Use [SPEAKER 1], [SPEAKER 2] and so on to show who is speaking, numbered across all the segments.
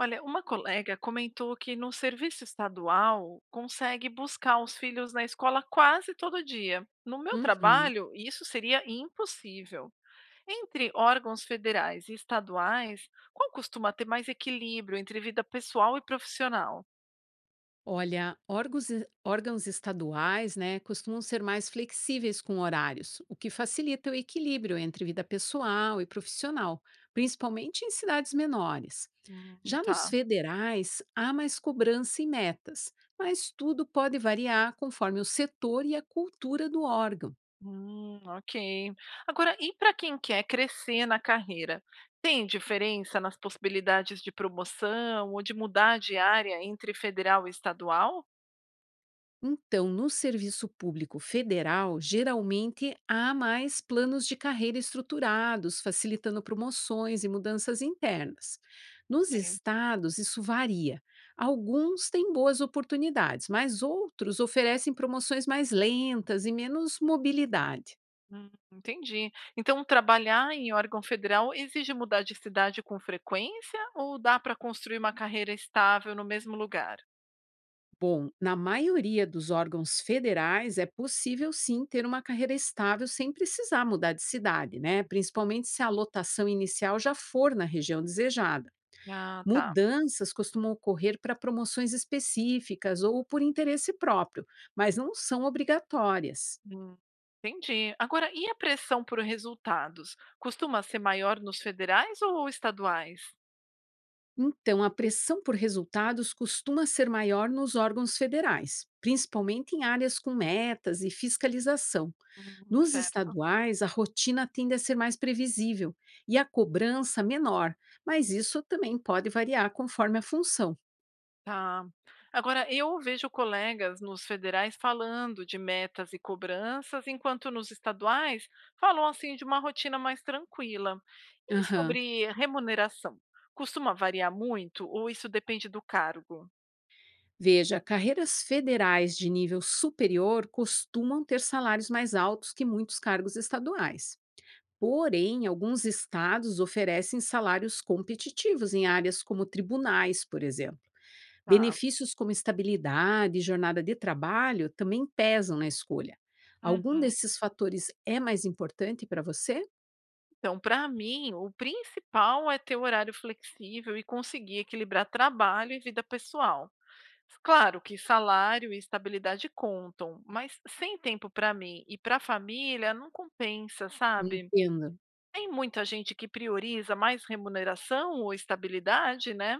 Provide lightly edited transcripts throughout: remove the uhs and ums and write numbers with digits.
[SPEAKER 1] Olha, uma colega comentou que no serviço estadual consegue buscar os filhos na escola quase todo dia. No meu
[SPEAKER 2] Uhum.
[SPEAKER 1] trabalho, isso seria impossível. Entre órgãos federais e estaduais, qual costuma ter mais equilíbrio entre vida pessoal e profissional?
[SPEAKER 2] Olha, órgãos, órgãos estaduais, né, costumam ser mais flexíveis com horários, o que facilita o equilíbrio entre vida pessoal e profissional, principalmente em cidades menores. Já nos
[SPEAKER 1] Tá.
[SPEAKER 2] federais, há mais cobrança e metas, mas tudo pode variar conforme o setor e a cultura do órgão.
[SPEAKER 1] Ok. Agora, e para quem quer crescer na carreira? Tem diferença nas possibilidades de promoção ou de mudar de área entre federal e estadual?
[SPEAKER 2] Então, no serviço público federal, geralmente há mais planos de carreira estruturados, facilitando promoções e mudanças internas. Nos
[SPEAKER 1] Ok.
[SPEAKER 2] estados, isso varia. Alguns têm boas oportunidades, mas outros oferecem promoções mais lentas e menos mobilidade.
[SPEAKER 1] Entendi. Então, trabalhar em órgão federal exige mudar de cidade com frequência ou dá para construir uma carreira estável no mesmo lugar?
[SPEAKER 2] Bom, na maioria dos órgãos federais é possível sim ter uma carreira estável sem precisar mudar de cidade, né? Principalmente se a lotação inicial já for na região desejada.
[SPEAKER 1] Ah, tá.
[SPEAKER 2] Mudanças costumam ocorrer para promoções específicas ou por interesse próprio, mas não são obrigatórias.
[SPEAKER 1] Hum, entendi. Agora, e a pressão por resultados? Costuma ser maior nos federais ou estaduais?
[SPEAKER 2] Então, a pressão por resultados costuma ser maior nos órgãos federais, principalmente em áreas com metas e fiscalização. Nos
[SPEAKER 1] Certo.
[SPEAKER 2] estaduais, a rotina tende a ser mais previsível e a cobrança menor, mas isso também pode variar conforme a função.
[SPEAKER 1] Tá. Agora, eu vejo colegas nos federais falando de metas e cobranças, enquanto nos estaduais falam assim de uma rotina mais tranquila. E
[SPEAKER 2] Aham.
[SPEAKER 1] sobre remuneração? Costuma variar muito ou isso depende do cargo?
[SPEAKER 2] Veja, carreiras federais de nível superior costumam ter salários mais altos que muitos cargos estaduais. Porém, alguns estados oferecem salários competitivos em áreas como tribunais, por exemplo.
[SPEAKER 1] Tá.
[SPEAKER 2] Benefícios como estabilidade e jornada de trabalho também pesam na escolha. Algum
[SPEAKER 1] Uhum.
[SPEAKER 2] desses fatores é mais importante para você?
[SPEAKER 1] Então, para mim, o principal é ter horário flexível e conseguir equilibrar trabalho e vida pessoal. Claro que salário e estabilidade contam, mas sem tempo para mim e para a família não compensa, sabe?
[SPEAKER 2] Entendo.
[SPEAKER 1] Tem muita gente que prioriza mais remuneração ou estabilidade, né?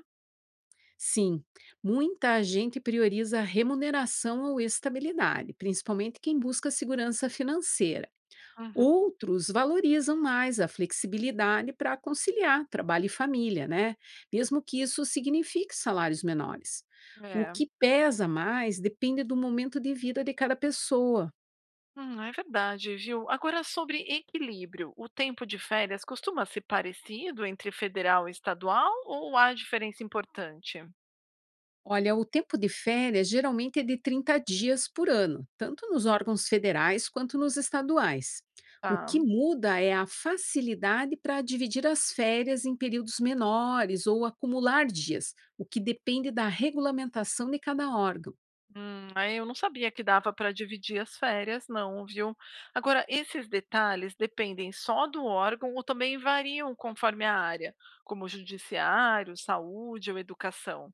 [SPEAKER 2] Sim, muita gente prioriza remuneração ou estabilidade, principalmente quem busca segurança financeira.
[SPEAKER 1] Uhum,
[SPEAKER 2] Outros valorizam mais a flexibilidade para conciliar trabalho e família, né? Mesmo que isso signifique salários menores. O
[SPEAKER 1] é,
[SPEAKER 2] que pesa mais depende do momento de vida de cada pessoa.
[SPEAKER 1] hum, é verdade, viu? Agora, sobre equilíbrio, o tempo de férias costuma ser parecido entre federal e estadual ou há diferença importante?
[SPEAKER 2] Olha, o tempo de férias geralmente é de 30 dias por ano, tanto nos órgãos federais quanto nos estaduais. O
[SPEAKER 1] Tá.
[SPEAKER 2] que muda é a facilidade para dividir as férias em períodos menores ou acumular dias, o que depende da regulamentação de cada órgão.
[SPEAKER 1] Aí eu não sabia que dava para dividir as férias não, viu. Agora, esses detalhes dependem só do órgão ou também variam conforme a área, como judiciário, saúde ou educação?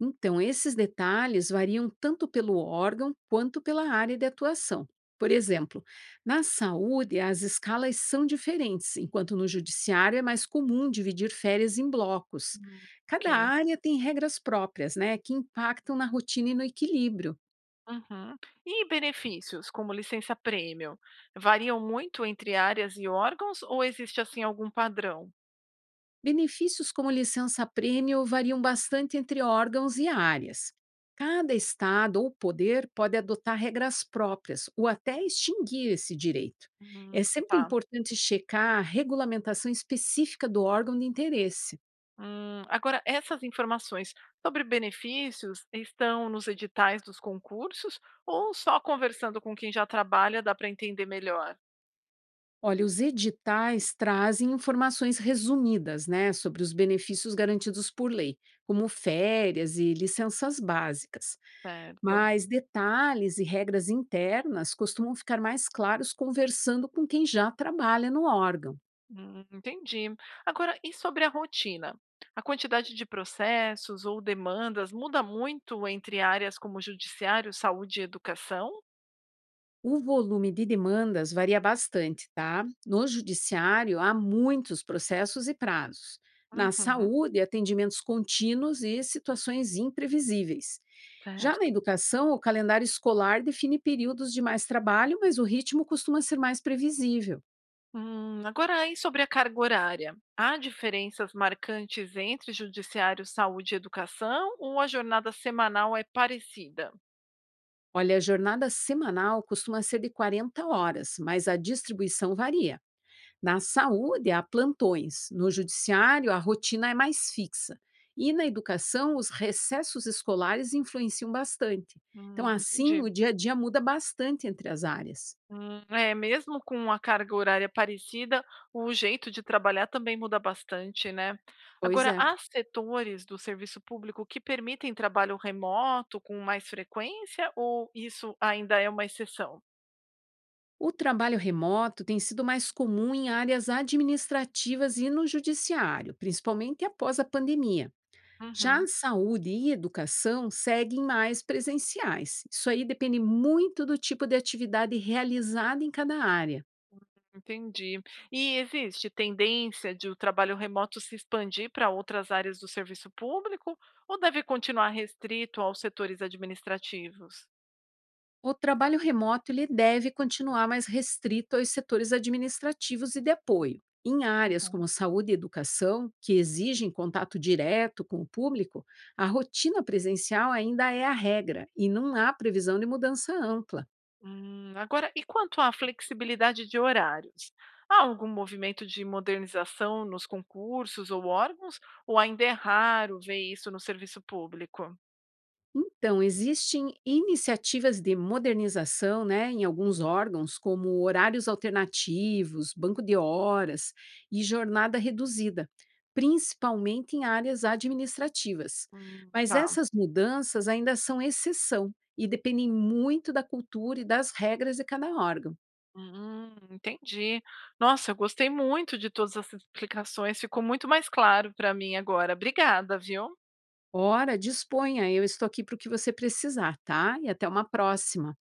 [SPEAKER 2] Então, esses detalhes variam tanto pelo órgão quanto pela área de atuação. Por exemplo, na saúde, as escalas são diferentes, enquanto no judiciário é mais comum dividir férias em blocos.
[SPEAKER 1] Hum, ok.
[SPEAKER 2] Cada área tem regras próprias, né, que impactam na rotina e no equilíbrio.
[SPEAKER 1] Uhum. E benefícios, como licença prêmio, variam muito entre áreas e órgãos ou existe assim algum padrão?
[SPEAKER 2] Benefícios como licença-prêmio variam bastante entre órgãos e áreas. Cada estado ou poder pode adotar regras próprias ou até extinguir esse direito.
[SPEAKER 1] Hum,
[SPEAKER 2] É sempre
[SPEAKER 1] tá.
[SPEAKER 2] importante checar a regulamentação específica do órgão de interesse.
[SPEAKER 1] Agora, essas informações sobre benefícios estão nos editais dos concursos ou só conversando com quem já trabalha dá para entender melhor?
[SPEAKER 2] Olha, os editais trazem informações resumidas, né, sobre os benefícios garantidos por lei, como férias e licenças básicas.
[SPEAKER 1] Certo.
[SPEAKER 2] Mas detalhes e regras internas costumam ficar mais claros conversando com quem já trabalha no órgão.
[SPEAKER 1] Entendi. Agora, e sobre a rotina? A quantidade de processos ou demandas muda muito entre áreas como judiciário, saúde e educação?
[SPEAKER 2] O volume de demandas varia bastante, tá? No judiciário, há muitos processos e prazos. Na
[SPEAKER 1] Uhum,
[SPEAKER 2] saúde, atendimentos contínuos e situações imprevisíveis. Já na
[SPEAKER 1] certo.
[SPEAKER 2] educação, o calendário escolar define períodos de mais trabalho, mas o ritmo costuma ser mais previsível.
[SPEAKER 1] Agora, aí sobre a carga horária? Há diferenças marcantes entre judiciário, saúde e educação ou a jornada semanal é parecida?
[SPEAKER 2] Olha, a jornada semanal costuma ser de 40 horas, mas a distribuição varia. Na saúde, há plantões, no judiciário, a rotina é mais fixa. E na educação, os recessos escolares influenciam bastante. Então, assim,
[SPEAKER 1] Entendi.
[SPEAKER 2] o dia a dia muda bastante entre as áreas.
[SPEAKER 1] É, mesmo com a carga horária parecida, o jeito de trabalhar também muda bastante, né?
[SPEAKER 2] Pois
[SPEAKER 1] Agora,
[SPEAKER 2] é.
[SPEAKER 1] há setores do serviço público que permitem trabalho remoto com mais frequência ou isso ainda é uma exceção?
[SPEAKER 2] O trabalho remoto tem sido mais comum em áreas administrativas e no judiciário, principalmente após a pandemia. Já
[SPEAKER 1] Uhum.
[SPEAKER 2] a saúde e educação seguem mais presenciais. Isso aí depende muito do tipo de atividade realizada em cada área.
[SPEAKER 1] Entendi. E existe tendência de o trabalho remoto se expandir para outras áreas do serviço público ou deve continuar restrito aos setores administrativos?
[SPEAKER 2] O trabalho remoto ele deve continuar mais restrito aos setores administrativos e de apoio. Em áreas
[SPEAKER 1] Uhum.
[SPEAKER 2] como saúde e educação, que exigem contato direto com o público, a rotina presencial ainda é a regra e não há previsão de mudança ampla.
[SPEAKER 1] Agora, e quanto à flexibilidade de horários? Há algum movimento de modernização nos concursos ou órgãos? Ou ainda é raro ver isso no serviço público?
[SPEAKER 2] Então, existem iniciativas de modernização né, em alguns órgãos, como horários alternativos, banco de horas e jornada reduzida, principalmente em áreas administrativas. Mas
[SPEAKER 1] Tá.
[SPEAKER 2] essas mudanças ainda são exceção e dependem muito da cultura e das regras de cada órgão.
[SPEAKER 1] Entendi. Nossa, eu gostei muito de todas essas explicações, ficou muito mais claro para mim agora. Obrigada, viu?
[SPEAKER 2] Ora, disponha, eu estou aqui para o que você precisar, tá? E até uma próxima.